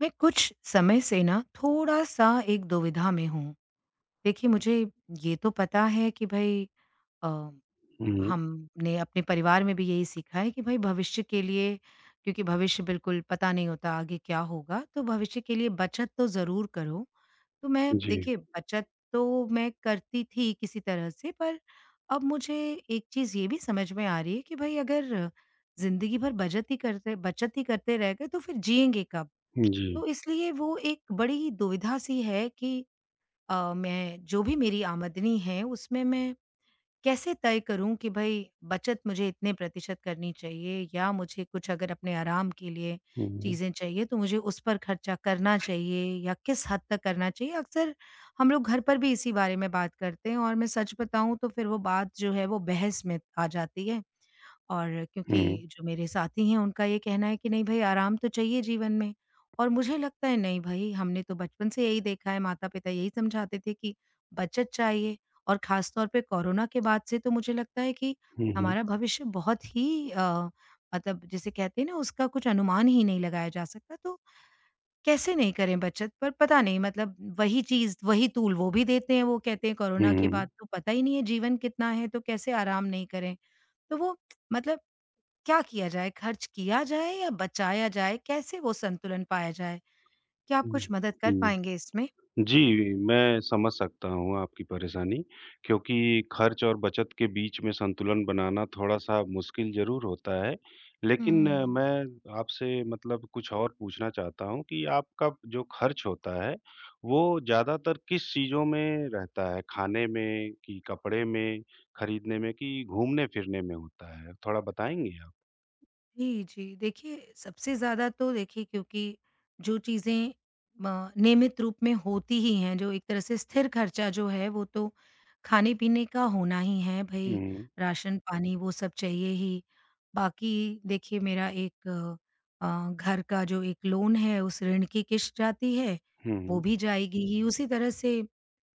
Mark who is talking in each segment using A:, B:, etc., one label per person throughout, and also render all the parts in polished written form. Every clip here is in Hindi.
A: मैं कुछ समय से ना थोड़ा-सा एक दुविधा में हूँ। देखिए, मुझे ये तो पता है कि भई अ,
B: हुँ,
A: हमने अपने परिवार में भी यही सीखा है कि भई भविष्य के लिए, क्योंकि भविष्य बिल्कुल पता नहीं होता आगे क्या होगा, तो भविष्य के लिए बचत तो ज़रूर करो। तो मैं
B: जी,
A: देखिए बचत तो मैं करती थी किसी तरह से, पर अब मुझे एक चीज़ ये भी समझ में आ रही है कि भई अगर ज़िंदगी भर बचत ही करते रह गए तो फिर जिएँगे कब?
B: जी।
A: तो इसलिए वो एक बड़ी दुविधा सी है कि मैं जो भी मेरी आमदनी है उसमें मैं कैसे तय करूं कि भाई बचत मुझे इतने प्रतिशत करनी चाहिए, या मुझे कुछ अगर अपने आराम के लिए
B: हुँ, हुँ,
A: चीज़ें चाहिए तो मुझे उस पर खर्चा करना चाहिए या किस हद तक करना चाहिए। अक्सर हम लोग घर पर भी इसी बारे में बात करते हैं और मैं सच बताऊं तो फिर वो बात जो है वो बहस में आ जाती है, और क्योंकि
B: हुँ,
A: जो मेरे साथी हैं उनका ये कहना है कि नहीं भई आराम तो चाहिए जीवन में, और मुझे लगता है नहीं भई हमने तो बचपन से यही देखा है, माता-पिता यही समझाते थे कि बचत चाहिए। और ख़ास तौर पे कोरोना के बाद से तो मुझे लगता है कि
B: हुँ,
A: हमारा भविष्य बहुत ही मतलब जिसे कहते हैं ना उसका कुछ अनुमान ही नहीं लगाया जा सकता, तो कैसे नहीं करें बचत। पर पता नहीं, मतलब वही चीज़, वही तूल वो भी देते हैं, वो कहते हैं कोरोना के
B: हुँ,
A: बाद तो पता ही नहीं है जीवन कितना है, तो कैसे आराम नहीं करें। तो वो मतलब क्या किया जाए? खर्च किया जाए या बचाया जाए? कैसे वो संतुलन पाया जाए? क्या आप
B: हुँ,
A: कुछ मदद कर
B: हुँ।
A: पाएँगे इसमें?
B: जी, मैं समझ सकता हूँ आपकी परेशानी क्योंकि खर्च और बचत के बीच में संतुलन बनाना थोड़ा-सा मुश्किल ज़रूर होता है। लेकिन
A: हुँ।
B: मैं आपसे मतलब कुछ और पूछना चाहता हूँ कि आपका जो खर्च होता है, वो ज़्यादातर किस चीज़ों में रहता है? खाने में कि कपड़े में, खरीदने में कि घूमने-फिरने में होता है? थोड़ा बताएँगे आप?
A: जी, जी। देखिए, सबसे ज़्यादा तो देखिए क्योंकि जो चीज़ें म नियमित रूप में होती ही हैं, जो एक तरह से स्थिर खर्चा जो है, वो तो खाने-पीने का होना ही है भई,
B: हुँ,
A: राशन-पानी वो सब चाहिए ही। बाकी देखिए मेरा एक घर का जो एक लोन है, उस ऋण की किश्त जाती है, वो
B: हुँ।
A: भी जाएगी ही। उसी तरह से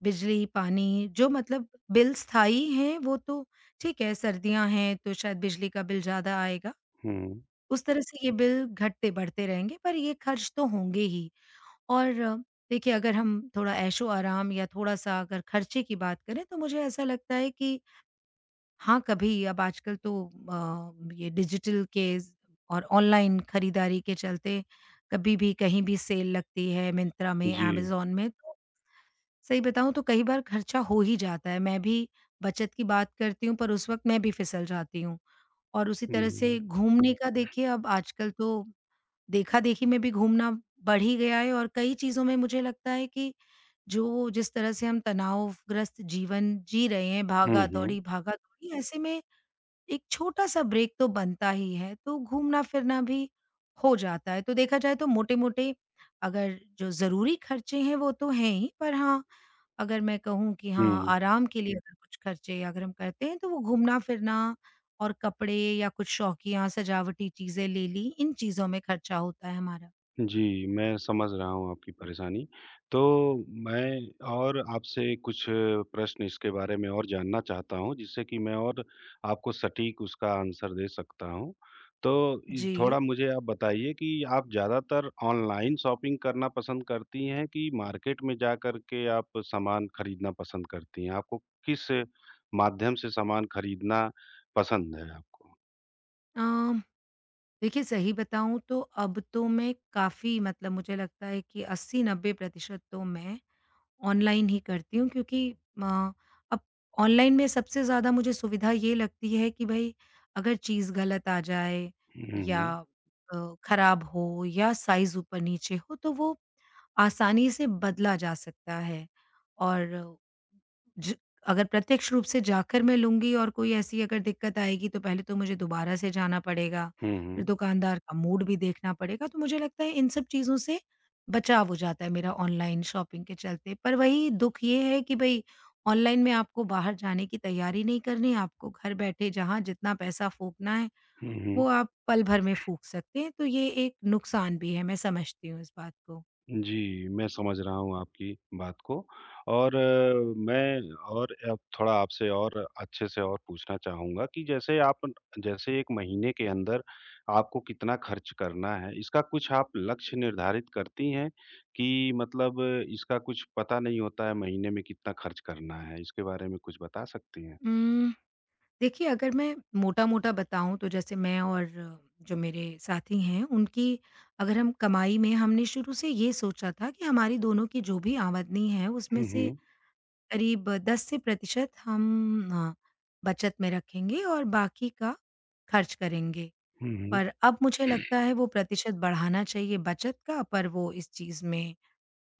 A: बिजली, पानी जो मतलब बिल स्थायी हैं वो तो ठीक है, सर्दियाँ हैं तो शायद बिजली का बिल ज़्यादा आएगा।
B: हुँ,
A: उस तरह से ये बिल घटते-बढ़ते रहेंगे, पर ये खर्च तो होंगे ही। और देखिए अगर हम थोड़ा ऐशो-आराम या थोड़ा-सा अगर खर्चे की बात करें तो मुझे ऐसा लगता है कि हाँ, कभी अब आजकल तो ये डिजिटल के ज़ और ऑनलाइन खरीदारी के चलते कभी भी कहीं भी सेल लगती है मिंत्रा में,
B: जी।
A: अमेज़न में, तो सही बताऊँ तो कई बार खर्चा हो ही जाता है। मैं भी बचत की बात करती हूँ पर उस वक़्त मैं भी फिसल जाती हूँ। और उसी तरह से
B: हुँ,
A: घूमने का देखिए अब आजकल तो देखा-देखी में भी घूमना बढ़ ही गया है, और कई चीज़ों में मुझे लगता है कि जो जिस तरह से हम तनावग्रस्त जीवन जी रहे हैं,
B: हुँ, हुँ,
A: भागा-दौड़ी, भागा-दौड़ी, ऐसे में एक छोटा-सा ब्रेक तो बनता ही है, तो घूमना-फिरना भी हो जाता है। तो देखा जाए तो मोटे-मोटे अगर जो ज़रूरी खर्चे हैं वो तो हैं ही, पर हाँ, अगर मैं कहूँ कि हाँ,
B: हुँ।
A: आराम के लिए अगर कुछ खर्चे अगर हम करते हैं तो वो घूमना-फिरना और कपड़े या कुछ शौकिया सजावटी चीज़ें ले ली, इन चीज़ों में खर्चा होता है हमारा।
B: जी, मैं समझ रहा हूँ आपकी परेशानी। तो मैं और आपसे कुछ प्रश्न इसके बारे में और जानना चाहता हूँ, जिससे कि मैं और आपको सटीक उसका आंसर दे सकता हूँ। तो इ
A: जी।
B: थोड़ा मुझे आप बताइए कि आप ज़्यादातर ऑनलाइन शॉपिंग करना पसंद करती हैं कि मार्केट में जाकर के आप सामान खरीदना पसंद करती हैं? आपको किस माध्यम से सामान खरीदना पसंद है आपको?
A: अ, देखिए सही बताऊँ तो अब तो मैं काफ़ी मतलब मुझे लगता है कि 80-90% तो मैं ऑनलाइन ही करती हूँ, क्योंकि अ, अब ऑनलाइन में सबसे ज़्यादा मुझे सुविधा ये लगती है कि भई अगर चीज़ गलत आ जाए
B: हुँ,
A: या
B: हुँ।
A: खराब हो या साइज़ ऊपर-नीचे हो तो वो आसानी से बदला जा सकता है। और ज अगर प्रत्यक्ष रूप से जाकर मैं लूँगी और कोई ऐसी अगर दिक्कत आएगी तो पहले तो मुझे दोबारा से जाना पड़ेगा,
B: हुँ,
A: फिर
B: हुँ।
A: दुकानदार का मूड भी देखना पड़ेगा, तो मुझे लगता है इन सब चीज़ों से बचाव हो जाता है मेरा ऑनलाइन शॉपिंग के चलते। पर वही दुःख ये है कि भई ऑनलाइन में आपको बाहर जाने की तैयारी नहीं करनी, आपको घर बैठे जहाँ जितना पैसा फूँकना है,
B: हुँ, हुँ।
A: वो आप पल भर में फूँक सकते हैं, तो ये एक नुकसान भी है, मैं समझती हूँ इस बात को।
B: जी, मैं समझ रहा हूँ आपकी बात को और मैं और अब थोड़ा आपसे और अच्छे से और पूछना चाहूँगा कि जैसे 1 महीने के अंदर आपको कितना खर्च करना है, इसका कुछ आप लक्ष्य निर्धारित करती हैं कि मतलब इसका कुछ पता नहीं होता है महीने में कितना खर्च करना है? इसके बारे में कुछ बता सकती हैं?
A: हुँ। देखिए, अगर मैं मोटा-मोटा बताऊँ तो जैसे मैं और जो मेरे साथी हैं उनकी, अगर हम कमाई में हमने शुरू से ये सोचा था कि हमारी दोनों की जो भी आमदनी है उसमें
B: हुँ,
A: से
B: हुँ।
A: करीब 10 से प्रतिशत हम अ, बचत में रखेंगे और बाकी का खर्च करेंगे।
B: हुँ, हुँ।
A: पर अब मुझे लगता है वो प्रतिशत बढ़ाना चाहिए बचत का, पर वो इस चीज़ में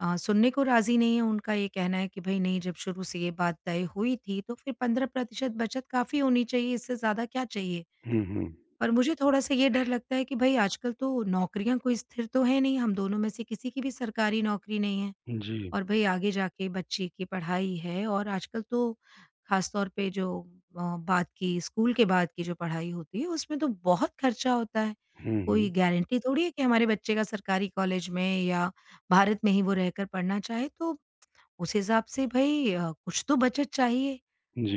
A: सुनने को राज़ी नहीं है। उनका ये कहना है कि भई नहीं, जब शुरू से ये बात तय हुई थी तो फिर 15% बचत काफ़ी होनी चाहिए, इससे ज़्यादा क्या चाहिए?
B: हुँ, हुँ।
A: पर मुझे थोड़ा-सा ये डर लगता है कि भई आजकल तो नौकरियाँ कोई स्थिर तो है नहीं, हम दोनों में से किसी की भी सरकारी नौकरी नहीं है।
B: जी।
A: और भई आगे जाके बच्चे की पढ़ाई है, और आजकल तो ख़ास तौर पे जो बाद की स्कूल के बाद की जो पढ़ाई होती है, उसमें तो बहुत खर्चा होता है।
B: हुँ,
A: कोई
B: हुँ।
A: गारंटी थोड़ी है कि हमारे बच्चे का सरकारी कॉलेज में या भारत में ही वो रहकर पढ़ना चाहे, तो उस हिसाब से भई कुछ तो बचत चाहिए।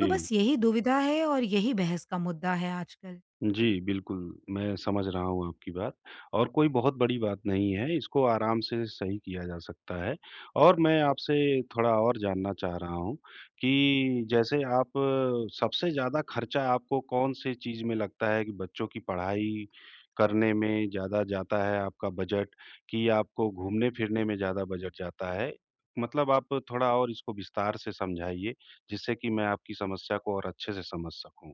A: तो बस यही दुविधा है और यही बहस का मुद्दा है आजकल।
B: जी, बिल्कुल, मैं समझ रहा हूँ आपकी बात और कोई बहुत बड़ी बात नहीं है, इसको आराम से सही किया जा सकता है और मैं आपसे थोड़ा और जानना चाह रहा हूँ कि जैसे आप सबसे ज़्यादा खर्चा आपको कौन-से चीज़ में लगता है कि बच्चों की पढ़ाई करने में ज़्यादा जाता है आपका बजट कि आपको घूमने-फिरने में ज़्यादा बजट जाता है? मतलब आप थोड़ा और इसको विस्तार से समझाइए, जिससे कि मैं आपकी समस्या को और अच्छे से समझ सकूँ।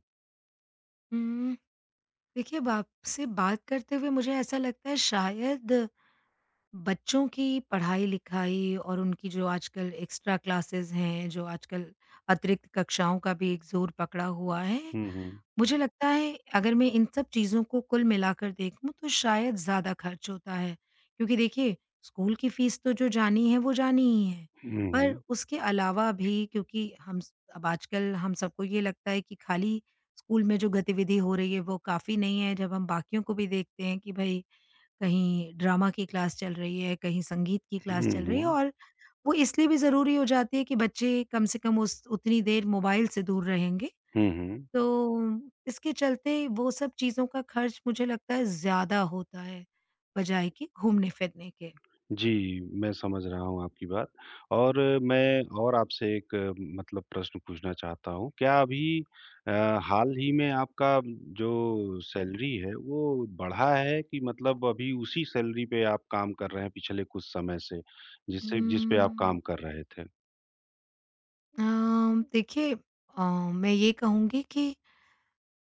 A: उम, देखिए, अब आपसे बात करते हुए मुझे ऐसा लगता है शायद बच्चों की पढ़ाई-लिखाई और उनकी जो आजकल एक्स्ट्रा क्लासेस हैं, जो आजकल अतिरिक्त कक्षाओं का भी एक ज़ोर पकड़ा हुआ है,
B: हुँ, हुँ।
A: मुझे लगता है अगर मैं इन सब चीज़ों को कुल मिलाकर देखूँ तो शायद ज़्यादा खर्च होता है। क्योंकि देखिए स्कूल की फीस तो जो जानी है वो जानी ही है,
B: हुँ,
A: पर
B: हुँ।
A: उसके अलावा भी, क्योंकि हम स अब आजकल हम सबको ये लगता है कि खाली स्कूल में जो गतिविधि हो रही है वो काफ़ी नहीं है, जब हम बाकियों को भी देखते हैं कि भई कहीं ड्रामा की क्लास चल रही है, कहीं संगीत की क्लास
B: हुँ,
A: चल रही है,
B: हुँ।
A: और वो इसलिए भी ज़रूरी हो जाती है कि बच्चे कम से कम उस उतनी देर मोबाइल से दूर रहेंगे।
B: हुँ, हुँ।
A: तो इसके चलते वो सब चीज़ों का खर्च मुझे लगता है ज़्यादा होता है, बजाए कि घूमने-फिरने के।
B: जी, मैं समझ रहा हूँ आपकी बात और मैं और आपसे एक मतलब प्रश्न पूछना चाहता हूँ। क्या अभी अ, हाल ही में आपका जो सैलरी है वो बढ़ा है कि मतलब अभी उसी सैलरी पे आप काम कर रहे हैं पिछले कुछ समय से, जिससे जिस पे आप काम
A: उम्म,
B: कर रहे थे?
A: अ, देखिए अ, मैं ये कहूँगी कि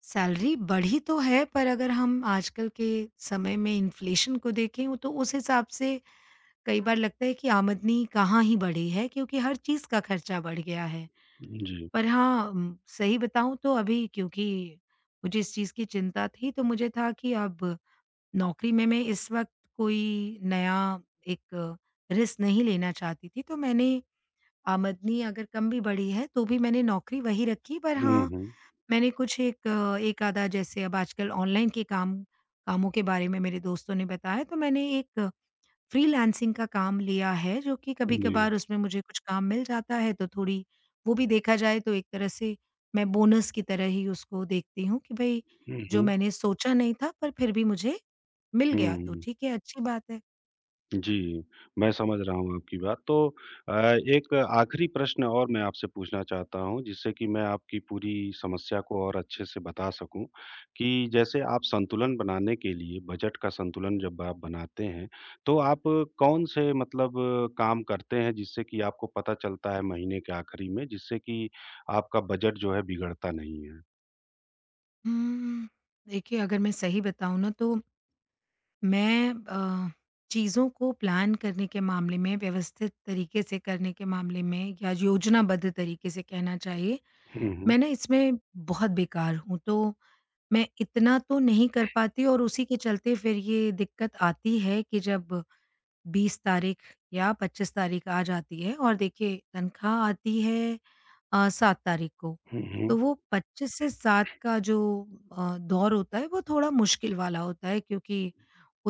A: सैलरी बढ़ी तो है, पर अगर हम आजकल के समय में इन्फ्लेशन को देखें तो उस हिसाब से कई बार लगता है कि आमदनी कहाँ ही बढ़ी है, क्योंकि हर चीज़ का खर्चा बढ़ गया है।
B: जी।
A: पर हाँ सही बताऊँ तो अभी, क्योंकि मुझे इस चीज़ की चिंता थी तो मुझे था कि अब नौकरी में मैं इस वक़्त कोई नया एक रिस्क नहीं लेना चाहती थी। तो मैंने आमदनी अगर कम भी बढ़ी है तो भी मैंने नौकरी वही रखी, पर
B: हुँ,
A: हाँ,
B: हुँ।
A: मैंने कुछ एक आधा, जैसे अब आजकल ऑनलाइन के कामों के बारे में मेरे दोस्तों ने बताया तो मैंने एक फ्रीलांसिंग का काम लिया है, जो कि
B: जी।
A: कभी-कभार उसमें मुझे कुछ काम मिल जाता है, तो थोड़ी वो भी देखा जाए तो एक तरह से मैं बोनस की तरह ही उसको देखती हूँ कि भई
B: हुँ,
A: जो
B: हुँ।
A: मैंने सोचा नहीं था पर फिर भी मुझे मिल
B: हुँ,
A: गया, तो
B: हुँ।
A: ठीक है, अच्छी बात है।
B: जी, मैं समझ रहा हूँ आपकी बात। तो अ, एक आखिरी प्रश्न और मैं आपसे पूछना चाहता हूँ, जिससे कि मैं आपकी पूरी समस्या को और अच्छे से बता सकूँ, कि जैसे आप संतुलन बनाने के लिए बजट का संतुलन जब आप बनाते हैं, तो आप कौन से मतलब काम करते हैं, जिससे कि आपको पता चलता है महीने के आखिरी में, जिससे कि आपका बजट जो है बिगड़ता नहीं है?
A: उम, देखिए अगर मैं सही बताऊँ ना तो मैं अ, चीज़ों को प्लान करने के मामले में, व्यवस्थित तरीके से करने के मामले में, या योजनाबद्ध तरीके से कहना चाहिए,
B: हुँ, हुँ।
A: मैं ना इसमें बहुत बेकार हूँ, तो मैं इतना तो नहीं कर पाती, और उसी के चलते फिर ये दिक्कत आती है कि जब 20 तारीख या 25 तारीख आ जाती है, और देखिए तनख्वाह आती है 7 तारीख को,
B: हुँ, हुँ।
A: तो वो 25 से 7 का जो दौर होता है, वो थोड़ा मुश्किल वाला होता है, क्योंकि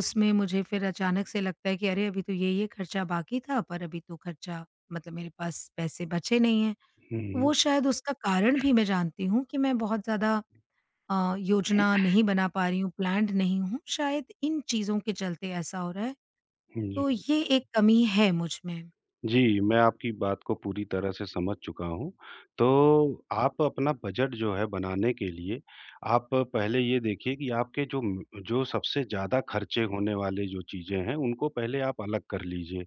A: उसमें मुझे फिर अचानक से लगता है कि अरे! अभी तो ये-ये खर्चा बाकी था, पर अभी तो खर्चा मतलब मेरे पास पैसे बचे नहीं हैं।
B: हुँ, हुँ।
A: वो शायद उसका कारण भी मैं जानती हूँ कि मैं बहुत ज़्यादा योजना नहीं बना पा रही हूँ, प्लान्ड नहीं हूँ, शायद इन चीज़ों के चलते ऐसा हो रहा है।
B: हुँ, जी।
A: तो ये एक कमी है मुझ में।
B: जी, मैं आपकी बात को पूरी तरह से समझ चुका हूँ। तो आप अपना बजट जो है बनाने के लिए आप पहले ये देखिए कि आपके जो सबसे ज़्यादा खर्चे होने वाले जो चीज़ें हैं, उनको पहले आप अलग कर लीजिए।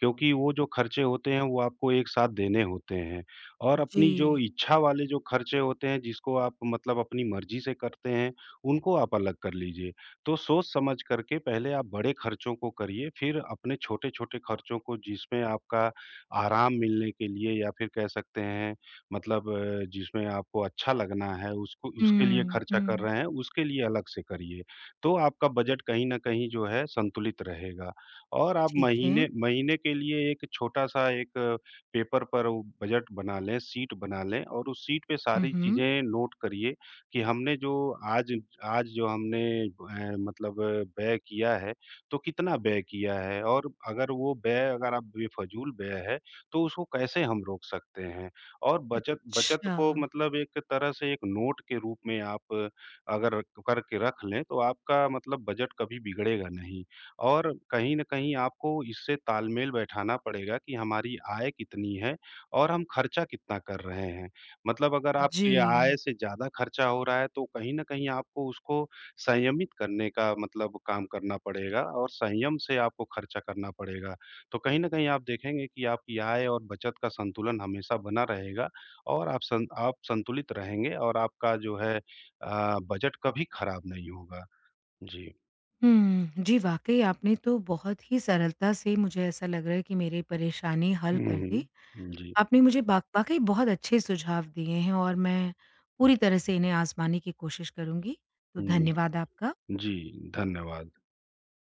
B: क्योंकि वो जो खर्चे होते हैं, वो आपको एक साथ देने होते हैं और
A: जी।
B: अपनी जो इच्छा वाले जो खर्चे होते हैं, जिसको आप मतलब अपनी मर्ज़ी से करते हैं, उनको आप अलग कर लीजिए। तो सोच समझ करके पहले आप बड़े खर्चों को करिए, फिर अपने छोटे-छोटे खर्चों को जिसमें आपका आराम मिलने के लिए या फिर कह सकते हैं मतलब जिसमें आपको अच्छा लगना है उसको उसके लिए
A: हुँ,
B: खर्चा कर
A: हुँ।
B: रहे हैं, उसके लिए अलग से करिए। तो आपका बजट कहीं न कहीं जो है संतुलित रहेगा और आप
A: ठीक है।
B: महीने महीने के लिए एक छोटा-सा एक पेपर पर वो बजट बना लें, शीट बना लें और उस शीट पे
A: हुँ,
B: सारी
A: हुँ।
B: चीज़ें नोट करिए कि हमने जो आज आज जो हमने मतलब व्यय किया है, तो कितना व्यय किया है और अगर आप बेफ़िज़ूल व्यय है, तो उसको कैसे हम रोक सकते हैं? और बचत बचत
A: अच्छा।
B: को मतलब एक तरह से एक नोट के रूप में आप अगर करके रख लें, तो आपका मतलब बजट कभी बिगड़ेगा नहीं और कहीं न कहीं आपको इससे तालमेल बैठाना पड़ेगा कि हमारी आय कितनी है और हम खर्चा कितना कर रहे हैं। मतलब अगर आपकी आय
A: जी।
B: से ज़्यादा खर्चा हो रहा है, तो कहीं न कहीं आपको उसको संयमित करने का मतलब काम करना पड़ेगा और संयम से आपको खर्चा करना पड़ेगा। तो कहीं न कहीं आप देखेंगे कि आपकी आय और बचत का संतुलन हमेशा बना रहेगा और आप संतुलित रहेंगे और आपका जो है बजट कभी खराब नहीं होगा। जी।
A: हुँ, जी, वाक़ई आपने तो बहुत ही सरलता से, मुझे ऐसा लग रहा है कि, मेरी परेशानी हल
B: हुँ,
A: कर दी।
B: हुँ। जी,
A: आपने मुझे बा वाक़ई बहुत अच्छे सुझाव दिए हैं और मैं पूरी तरह से इन्हें आज़माने की कोशिश करूँगी। तो
B: हुँ।
A: धन्यवाद आपका।
B: जी, धन्यवाद।